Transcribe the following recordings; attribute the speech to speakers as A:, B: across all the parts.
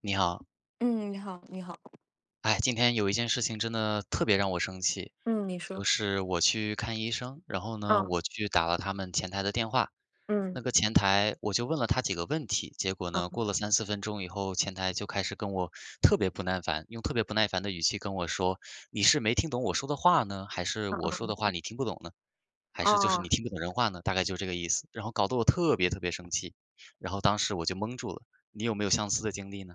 A: 你好。
B: 嗯，你好，你好。
A: 哎，今天有一件事情真的特别让我生气，
B: 嗯，你
A: 就
B: 说。
A: 是我去看医生，然后呢，
B: 嗯。
A: 我去打了他们前台的电话。
B: 嗯。
A: 那个前台我就问了他几个问题，结果呢，过
B: 嗯。
A: 了三四分钟以后，前台就开始跟我特别不耐烦，用特别不耐烦的语气跟我说：“你是没听懂我说的话呢，还是我说的话
B: 嗯。
A: 你听不懂呢？还是就是你
B: 哦。
A: 听不懂人话呢？”大概就这个意思，然后搞得我特别特别生气，然后当时我就懵住了。你有没有相似的经历呢？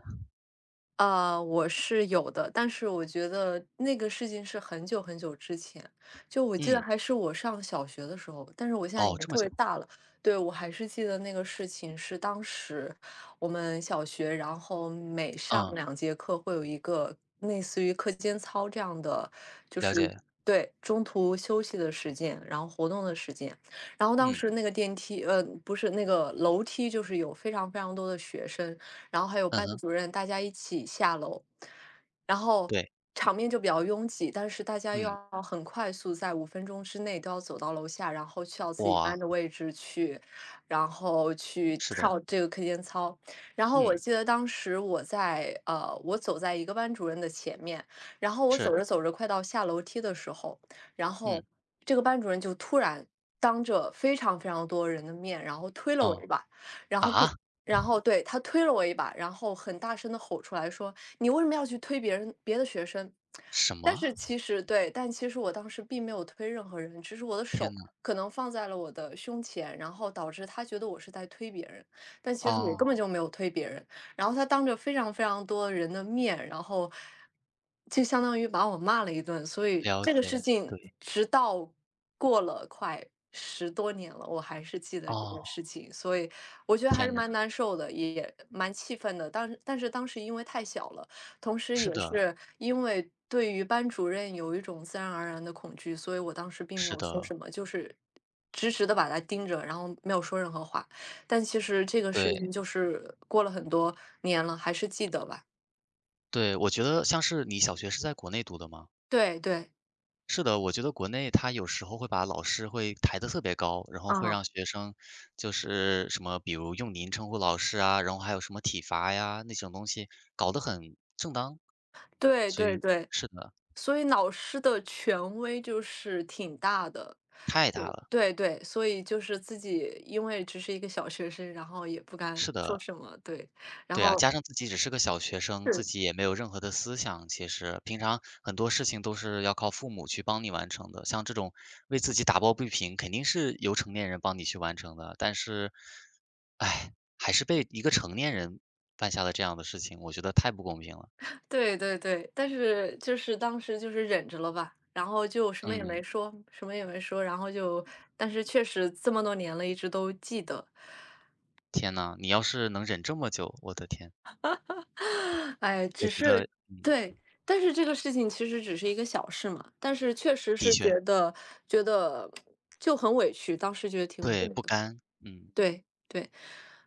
B: 我是有的，但是我觉得那个事情是很久很久之前，就我记得
A: 嗯，
B: 还是我上小学的时候，但是我现在
A: 哦，
B: 已经
A: 这么
B: 特别
A: 久。
B: 大了。对，我还是记得那个事情是当时我们小学，然后每上
A: 嗯，
B: 2节课会有一个类似于课间操这样的，就
A: 了
B: 是
A: 解。
B: 对中途休息的时间，然后活动的时间。然后当
A: 嗯，
B: 时那个电梯，不是那个楼梯，就是有非常非常多的学生，然后还有
A: 嗯
B: 班
A: 哼。
B: 主任，大家一起下楼，然后
A: 对。
B: 场面就比较拥挤，但是大家又
A: 嗯。
B: 要很快速，在5分钟之内都要走到楼下，然后去到自己
A: 哇。
B: 班的位置去，然后去
A: 是的。
B: 跳这个课间操。然后我
A: 嗯。
B: 记得当时我走在一个班主任的前面，然后我
A: 是。
B: 走着走着快到下楼梯的时候，然后
A: 嗯。
B: 这个班主任就突然当着非常非常多人的面，然后推了我
A: 嗯。
B: 一把，然后并
A: 啊？
B: 然后对，他推了我一把，然后很大声的吼出来说：“你为什么要去推别的学生？”
A: 什
B: 但
A: 么？
B: 是其实对，但其实我当时并没有推任何人，只是我的
A: 天
B: 手
A: 呐。
B: 可能放在了我的胸前，然后导致他觉得我是在推别人，但其实我
A: 哦，
B: 根本就没有推别人。然后他当着非常非常多人的面，然后就相当于把我骂了一顿。所以
A: 了
B: 这个
A: 解。
B: 事情
A: 对。
B: 直到过了快10多年了，我还是记得这
A: 哦。
B: 件事情，所以我觉得还是
A: 天呐。
B: 蛮难受的，也蛮气愤的。但是当时因为太小了，同时
A: 是
B: 也
A: 的。
B: 是因为对于班主任有一种自然而然的恐惧，所以我当时并没
A: 是
B: 有说
A: 的。
B: 什么，就是直直的把他盯着，然后没有说任何话。但其实这个事
A: 对。
B: 情就是过了很多年了，还是记得吧。
A: 对，我觉得像是你小学是在国内读的吗？
B: 对对。
A: 是的，我觉得国内他有时候会把老师会抬得特别高，然后会
B: 啊，
A: 让学生就是什么，比如用您称呼老师啊，然后还有什么体罚呀那种东西，搞得很正当，
B: 对
A: 所
B: 对
A: 以
B: 对。
A: 是的。
B: 所以老师的权威就是挺大的。
A: 太大了。
B: 对对，所以就是自己因为只是一个小学生，然后也不敢
A: 是
B: 说
A: 的。
B: 什么，对，然
A: 对啊，
B: 后
A: 加上自己只是个小学生，自
B: 是，
A: 己也没有任何的思想，其实平常很多事情都是要靠父母去帮你完成的。像这种为自己打抱不平，肯定是由成年人帮你去完成的。但是，哎，还是被一个成年人犯下了这样的事情，我觉得太不公平了。
B: 对对对，但是就是当时就是忍着了吧，然后就什么也没
A: 嗯。
B: 说，什么也没说，然后就，但是确实这么多年了，一直都记得。
A: 天呐，你要是能忍这么久，我的天，
B: 哎，
A: 我
B: 只
A: 觉得，
B: 是
A: 嗯，
B: 对。但是这个事情其实只是一个小事嘛，但是确实
A: 的
B: 是
A: 确。
B: 觉得就很委屈，当时觉得挺委屈
A: 对，不
B: 的。
A: 甘。嗯。
B: 对对。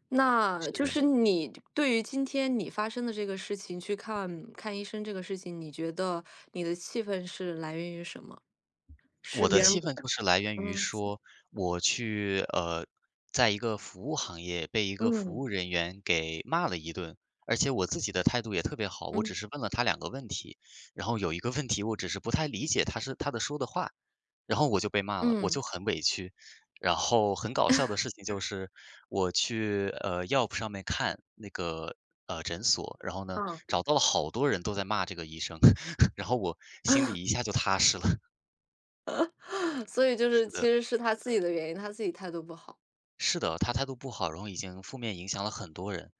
B: 那
A: 是
B: 就
A: 的。
B: 是你对于今天你发生的这个事情，去看看医生这个事情，你觉得你的气愤是来源于什么？是
A: 我的
B: 别人
A: 气
B: 不
A: 愤就是来源于
B: 嗯
A: 说，我去在一个服务行业被一个服
B: 嗯
A: 务人员给骂了一顿，而且我自己的态度也特别好，我只
B: 嗯
A: 是问了他两个问题，然后有一个问题我只是不太理解他是他的说的话，然后我就被骂了，我
B: 嗯
A: 就很委屈。然后很搞笑的事情就是，我去Yelp 上面看那个诊所，然后呢
B: 嗯。
A: 找到了好多人都在骂这个医生，然后我心里一下就踏实了。
B: 所以就是
A: 是的。
B: 其实是他自己的原因，他自己态度不好。
A: 是的，他态度不好，然后已经负面影响了很多人，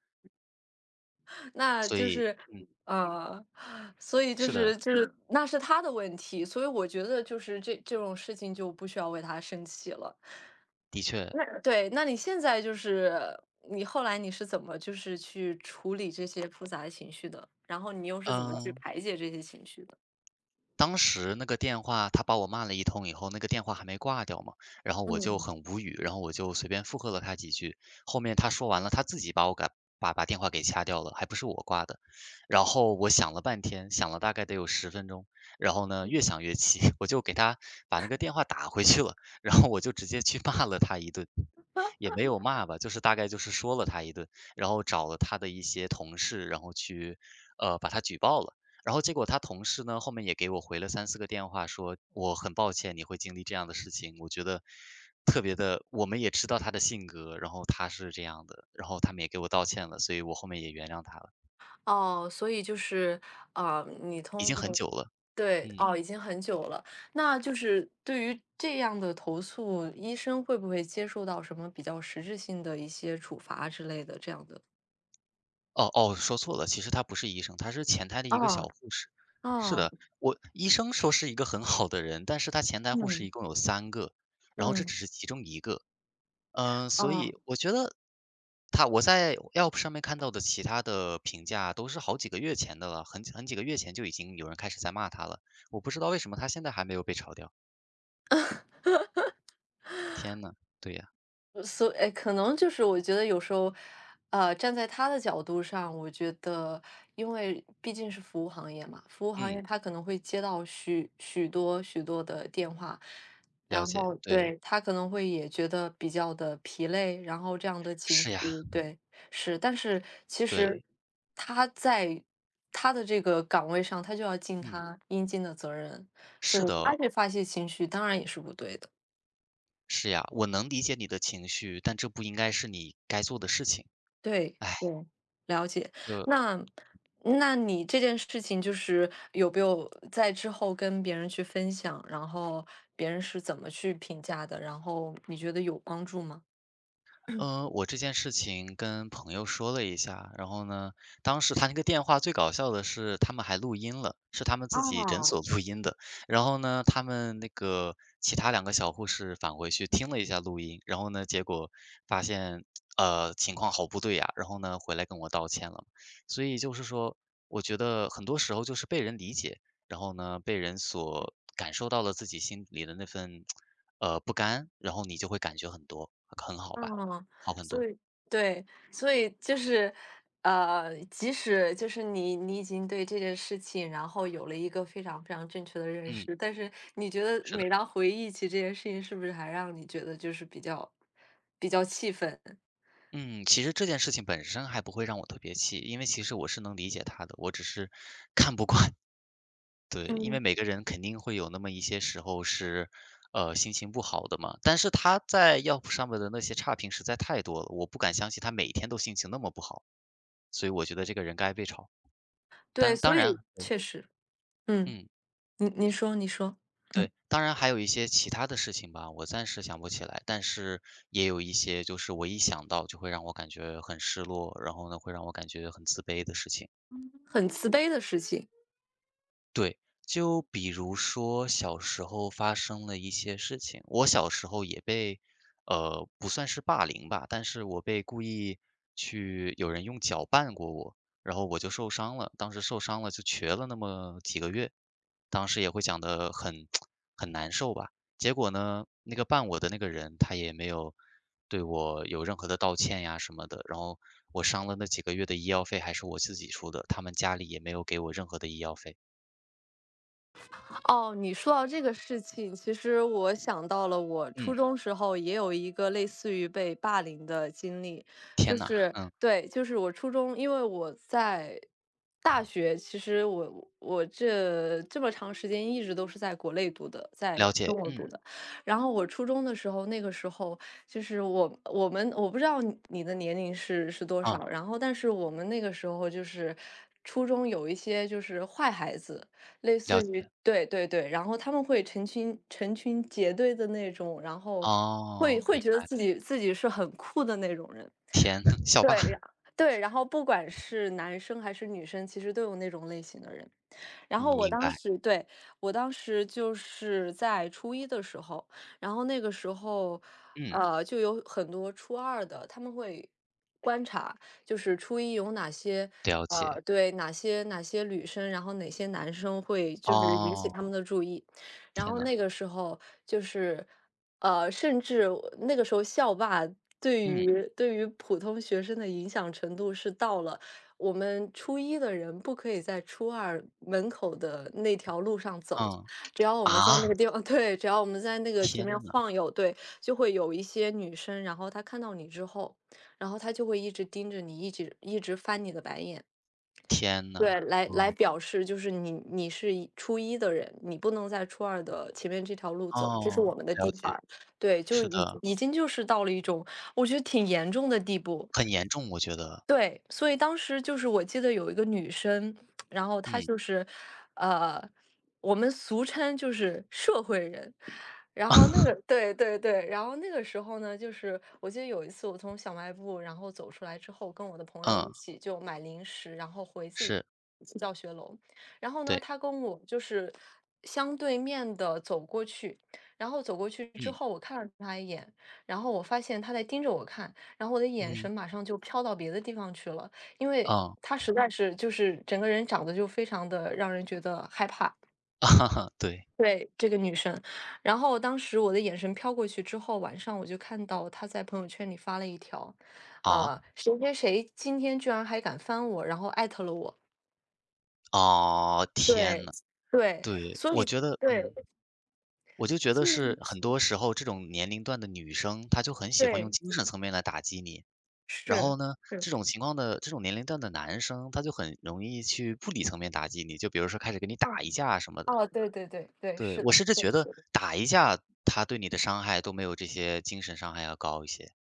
B: 那
A: 所
B: 就
A: 以
B: 是，
A: 嗯，
B: 呃，所以就
A: 是
B: 是
A: 的，
B: 就是那是他的问题，所以我觉得就是这种事情就不需要为他生气了。
A: 的确。
B: 那对，那你现在就是你后来你是怎么就是去处理这些复杂的情绪的？然后你又是怎么去
A: 嗯。
B: 排解这些情绪的？
A: 当时那个电话他把我骂了一通以后，那个电话还没挂掉嘛，然后我就
B: 嗯。
A: 很无语，然后我就随便附和了他几句。后面他说完了，他自己把我给把电话给掐掉了，还不是我挂的。然后我想了半天，想了大概得有10分钟，然后呢，越想越气，我就给他把那个电话打回去了，然后我就直接去骂了他一顿。也没有骂吧，就是大概就是说了他一顿，然后找了他的一些同事，然后去，把他举报了。然后结果他同事呢，后面也给我回了三四个电话说：“我很抱歉你会经历这样的事情，我觉得特别的，我们也知道他的性格，然后他是这样的。”然后他们也给我道歉了，所以我后面也原谅他了，
B: 哦，所以就是，啊，你
A: 已
B: 通
A: 经很
B: 过
A: 久了。
B: 对，
A: 嗯。
B: 哦，已经很久了。那就是对于这样的投诉，医生会不会接受到什么比较实质性的一些处罚之类的这样的？
A: 哦哦，说错了，其实他不是医生，他是前台的一个小
B: 哦。
A: 护士。是
B: 哦。
A: 的，我医生说是一个很好的人，但是他前台护士
B: 嗯。
A: 一共有三个，然后这只
B: 嗯。
A: 是其中一个。嗯，所
B: 哦。
A: 以我觉得他我在 Yelp 上面看到的其他的评价都是好几个月前的了，很几个月前就已经有人开始在骂他了，我不知道为什么他现在还没有被炒掉。天呐。对呀。
B: 所以哎，可能就是我觉得有时候，站在他的角度上，我觉得，因为毕竟是服务行业嘛，服务行
A: 嗯，
B: 业他可能会接到许许多许多的电话，
A: 了
B: 然
A: 解，
B: 后
A: 对，
B: 对他可能会也觉得比较的疲累，然后这样的情
A: 是呀，
B: 绪，对，是，但是其实
A: 对，
B: 他在他的这个岗位上，他就要尽
A: 嗯，
B: 他应尽的责任，所
A: 是
B: 以
A: 的
B: 他
A: 哦，
B: 去发泄情绪，当然也是不对的。
A: 是呀，我能理解你的情绪，但这不应该是你该做的事情。
B: 对，
A: 哎，
B: 对，了解。
A: 就。
B: 那那你这件事情就是有没有在之后跟别人去分享，然后别人是怎么去评价的？然后你觉得有帮助吗？
A: 嗯，我这件事情跟朋友说了一下，然后呢，当时他那个电话最搞笑的是，他们还录音了，是他们自己诊
B: 哦，
A: 所录音的。然后呢，他们那个其他两个小护士返回去听了一下录音，然后呢，结果发现情况好不对呀，然后呢回来跟我道歉了。所以就是说，我觉得很多时候就是被人理解，然后呢被人所感受到了自己心里的那份不甘，然后你就会感觉很多很好吧。
B: 嗯，
A: 好很
B: 所
A: 多。
B: 以对，所以就是，即使就是你已经对这件事情，然后有了一个非常非常正确的认
A: 嗯。
B: 识，但是你觉得
A: 是的。
B: 每当回忆起这件事情，是不是还让你觉得就是比较气愤？
A: 嗯，其实这件事情本身还不会让我特别气，因为其实我是能理解他的，我只是 看不惯。对，因为
B: 嗯。
A: 每个人肯定会有那么一些时候是，心情不好的嘛。但是他在 y e 上面的那些差评实在太多了，我不敢相信他每天都心情那么不好，所以我觉得这个人该被炒。
B: 对，
A: 当当
B: 所
A: 然，
B: 以
A: 对。
B: 确实，嗯，
A: 嗯。
B: 你说，嗯，
A: 对，当然还有一些其他的事情吧，我暂时想不起来，但是也有一些就是我一想到就会让我感觉很失落，然后呢，会让我感觉很自卑的事情。
B: 很慈悲的事情。
A: 对，就比如说小时候发生了一些事情，我小时候也被，不算是霸凌吧，但是我被故意去有人用脚绊过我，然后我就受伤了，当时受伤了就瘸了那么几个月，当时也会讲得很 很难受吧。结果呢，那个绊我的那个人他也没有对我有任何的道歉呀什么的，然后我伤了那几个月的医药费还是我自己出的，他们家里也没有给我任何的医药费。
B: 哦，你说到这个事情，其实我想到了我
A: 嗯。
B: 初中时候也有一个类似于被霸凌的经历，就
A: 天呐。
B: 是
A: 嗯，
B: 对，就是我初中，因为我在大学，其实我这么长时间一直都是在国内读的，在
A: 了
B: 中
A: 解。
B: 国
A: 嗯。
B: 读的，然后我初中的时候，那个时候就是我不知道你的年龄是多
A: 啊，
B: 少，然后但是我们那个时候就是初中有一些就是坏孩子。类
A: 了
B: 似于
A: 解。
B: 对对对，然后他们会成群结队的那种，然后会哦
A: 哦，
B: 会
A: 明
B: 觉得
A: 白。
B: 自己是很酷的那种人。
A: 天，校霸。
B: 对，然后不管是男生还是女生，其实都有那种类型的人。然后我
A: 明
B: 当
A: 白。
B: 时对，我当时就是在初一的时候，然后那个时候，
A: 嗯，
B: 就有很多初二的，他们会就是初一有哪些
A: 了解。
B: 对，哪些女生，然后哪些男生会就是引起
A: 哦。
B: 他们的注意。然
A: 天
B: 后
A: 呐。
B: 那个时候就是，甚至我那个时候校霸对
A: 嗯。
B: 于对于普通学生的影响程度是到了我们初一的人不可以在初二门口的那条路上走，
A: 嗯。
B: 只要我们在那
A: 啊。
B: 个地方，对，只要我们在那个前面
A: 天呐。
B: 晃悠，对，就会有一些女生，然后她看到你之后，然后他就会一直盯着你，一直一直翻你的白眼，
A: 天呐。
B: 对，来
A: 哦。
B: 表示就是你是初一的人，你不能在初二的前面这条路走，这是
A: 哦，
B: 我们的
A: 了
B: 地盘
A: 解。
B: 儿，对，就是
A: 是
B: 已
A: 的。
B: 已经就是到了一种我觉得挺严重的地步。
A: 很严重，我觉得。
B: 对，所以当时就是我记得有一个女生，然后她
A: 嗯。
B: 就是，呃，我们俗称就是社会人。然后那个，对对对，然后那个时候呢，就是我记得有一次我从小卖部然后走出来之后，跟我的朋友一
A: 嗯。
B: 起就买零食，然后回自己
A: 是。
B: 教学楼。然后呢，
A: 对。
B: 她跟我就是相对面的走过去，然后走过去之
A: 嗯。
B: 后，我看了她一眼，然后我发现她在盯着我看。然后我的眼
A: 嗯。
B: 神马上就飘到别的地方去了，因为
A: 嗯。
B: 她实在是就是整个人长得就非常的让人觉得害怕。
A: 哈哈，对。
B: 对，这个女生，然后当时我的眼神飘过去之后，晚上我就看到她在朋友圈里发了一条，
A: 啊。
B: 谁谁谁今天居然还敢翻我，然后艾特了我。
A: 哦，天
B: 对，
A: 呐。
B: 对，
A: 对，
B: 所
A: 我
B: 以
A: 觉得。
B: 对，
A: 嗯。我就觉得
B: 所以
A: 是很多时候这种年龄段的女生，她就很喜欢用
B: 对，
A: 精神层面来打击你。然后
B: 是
A: 呢，
B: 是，
A: 这种情况的这种年龄段的男生，他就很容易去物理层面打击你，就比如说开始跟你打
B: 哦
A: 一架什么的。
B: 哦，对对对对，
A: 对，
B: 是
A: 我
B: 的，
A: 甚至
B: 对
A: 觉得打一架，他对你的伤害都没有这些精神伤害要高一些。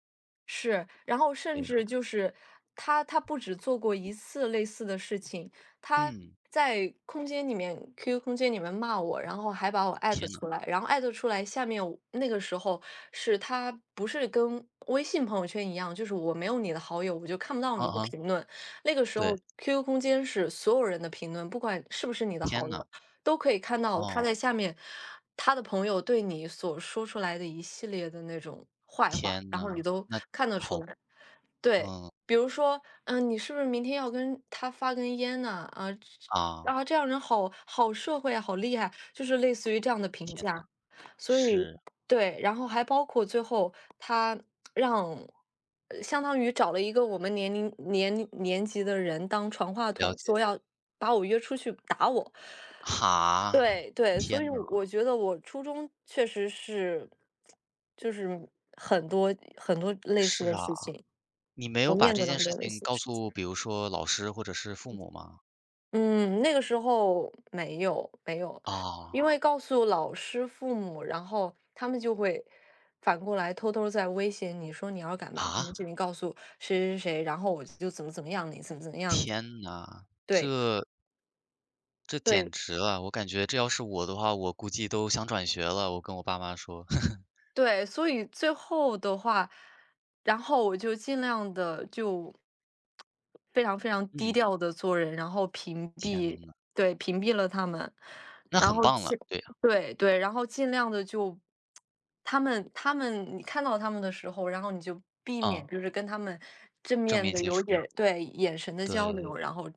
B: 是，然后
A: 对
B: 甚
A: 呀。
B: 至就是他不止做过一次类似的事情，他
A: 嗯。
B: 在空间里面，QQ 空间里面骂我，然后还把我艾特
A: 天呐。
B: 出来，下面我那个时候是他不是跟微信朋友圈一样，就是我没有你的好友，我就看不到
A: 啊
B: 你的
A: 啊。
B: 评论。那个时
A: 对。
B: 候，QQ 空间是所有人的评论，不管是不是你的
A: 天
B: 好
A: 呐。
B: 友。都可以看到他
A: 哦，
B: 在下面，他的朋友对你所说出来的一系列的那种坏话，
A: 天
B: 然
A: 呐。
B: 后你都
A: 那
B: 看得出
A: 好。
B: 来。对，
A: 嗯。
B: 比如说，嗯，你是不是明天要跟他发根烟呐？啊，
A: 啊。
B: 这样人好好社会啊，好厉害，就是类似于这样的评
A: 天呐。
B: 价。所以，
A: 是。
B: 对，然后还包括最后他让，相当于找了一个我们年级的人当传话
A: 了
B: 筒，
A: 解。
B: 说要把我约出去打我。
A: 哈。
B: 对对，
A: 天
B: 所以
A: 呐。
B: 我觉得我初中确实是，就是很多很多类似
A: 是
B: 的
A: 啊。
B: 事情，
A: 你没有
B: 我
A: 把
B: 面
A: 这
B: 对了
A: 件
B: 很
A: 事
B: 多类
A: 情
B: 似的
A: 告
B: 事情。
A: 诉比如说老师或者是父母吗？
B: 嗯，那个时候没有没有，
A: 啊
B: 因为告诉老师、父母，然后他们就会反过来偷偷在威胁你说你要敢把这
A: 啊？
B: 件事情告诉谁谁谁，然后我就怎么怎么样你，怎么怎么样你
A: 天呐，
B: 对
A: 这简
B: 对，
A: 直了，我感觉这要是我的话，我估计都想转学了，我跟我爸妈说。
B: 对，所以最后的话，然后我就尽量的就非常非常低
A: 嗯。
B: 调的做人，然后屏
A: 天
B: 蔽
A: 呐。
B: 对，屏蔽了他们。
A: 那
B: 然
A: 很
B: 后
A: 棒了，
B: 尽
A: 对呀。
B: 对对，然后尽量的就他们你看到他们的时候，然后你就避免
A: 嗯。
B: 就是跟他们正
A: 正
B: 面
A: 面
B: 的
A: 接
B: 有点，
A: 触。
B: 对，眼神的交
A: 对。
B: 流，然后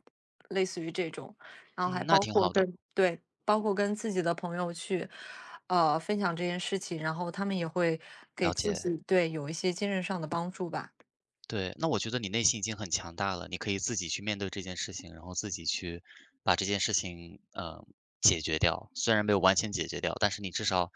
B: 类似于这种，然后还
A: 嗯，那
B: 包
A: 挺
B: 括
A: 好的。
B: 跟对。包括跟自己的朋友去，分享这件事情，然后他们也会给
A: 了
B: 自
A: 解。
B: 己对有一些精神上的帮助吧。
A: 对，那我觉得你内心已经很强大了，你可以自己去面对这件事情，然后自己去把这件事情，解决掉。虽然没有完全解决掉，但是你至少，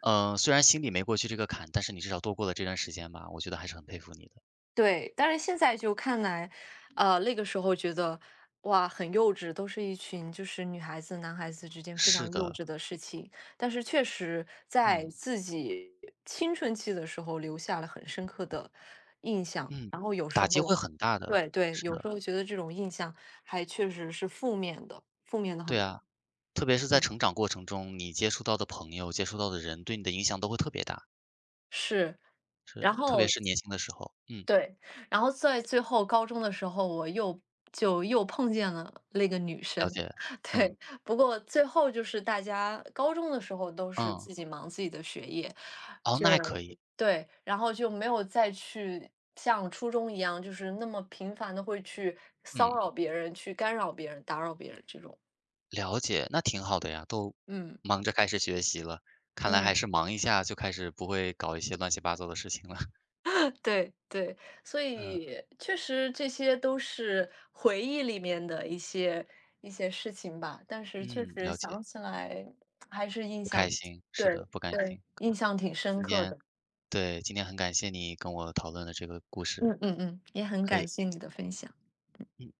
A: 虽然心里没过去这个坎，但是你至少度过了这段时间吧，我觉得还是很佩服你的。
B: 对，但是现在就看来，那个时候觉得哇，很幼稚，都是一群就是女孩子、男孩子之间非
A: 是
B: 常幼
A: 的。
B: 稚的事情。但是确实在
A: 嗯
B: 自己青春期的时候留下了很深刻的印象，
A: 嗯，
B: 然后有时
A: 打击
B: 候
A: 会很大的。
B: 对对，
A: 是
B: 有时
A: 的。
B: 候觉得这种印象还确实是负面的，负面的
A: 对
B: 很
A: 啊，特别是在成长过程中，你接触到的朋友、接触到的人，对你的影响都会特别大。
B: 是。
A: 是，
B: 然
A: 特别
B: 后
A: 是年轻的时候，嗯，
B: 对，然后在最后高中的时候，我又就又碰见了那个女
A: 了
B: 生，
A: 解。嗯
B: 对，不过最后就是大家高中的时候都是
A: 嗯。
B: 自己忙自己的学业，
A: 哦，那
B: 就
A: 还可以。
B: 对，然后就没有再去像初中一样，就是那么频繁的会去
A: 嗯。
B: 骚扰别人、去干扰别人、打扰别人这种。
A: 了解，那挺好的呀，都
B: 嗯
A: 忙着开始学习了，看来还
B: 嗯。
A: 是忙一下就开始不会搞一些乱七八糟的事情了。
B: 对对，所
A: 嗯
B: 以确实这些都是回忆里面的一些事情吧，但是确
A: 嗯，
B: 实
A: 了解，
B: 想起来还是印
A: 不开
B: 象，
A: 心。
B: 对
A: 是的，不甘
B: 对，
A: 心。
B: 印象挺深
A: 今
B: 刻
A: 天
B: 的。
A: 对，今天很感谢你跟我讨论的这个故事。
B: 嗯嗯嗯，也很
A: 可
B: 感
A: 以。
B: 谢你的分享。
A: 嗯。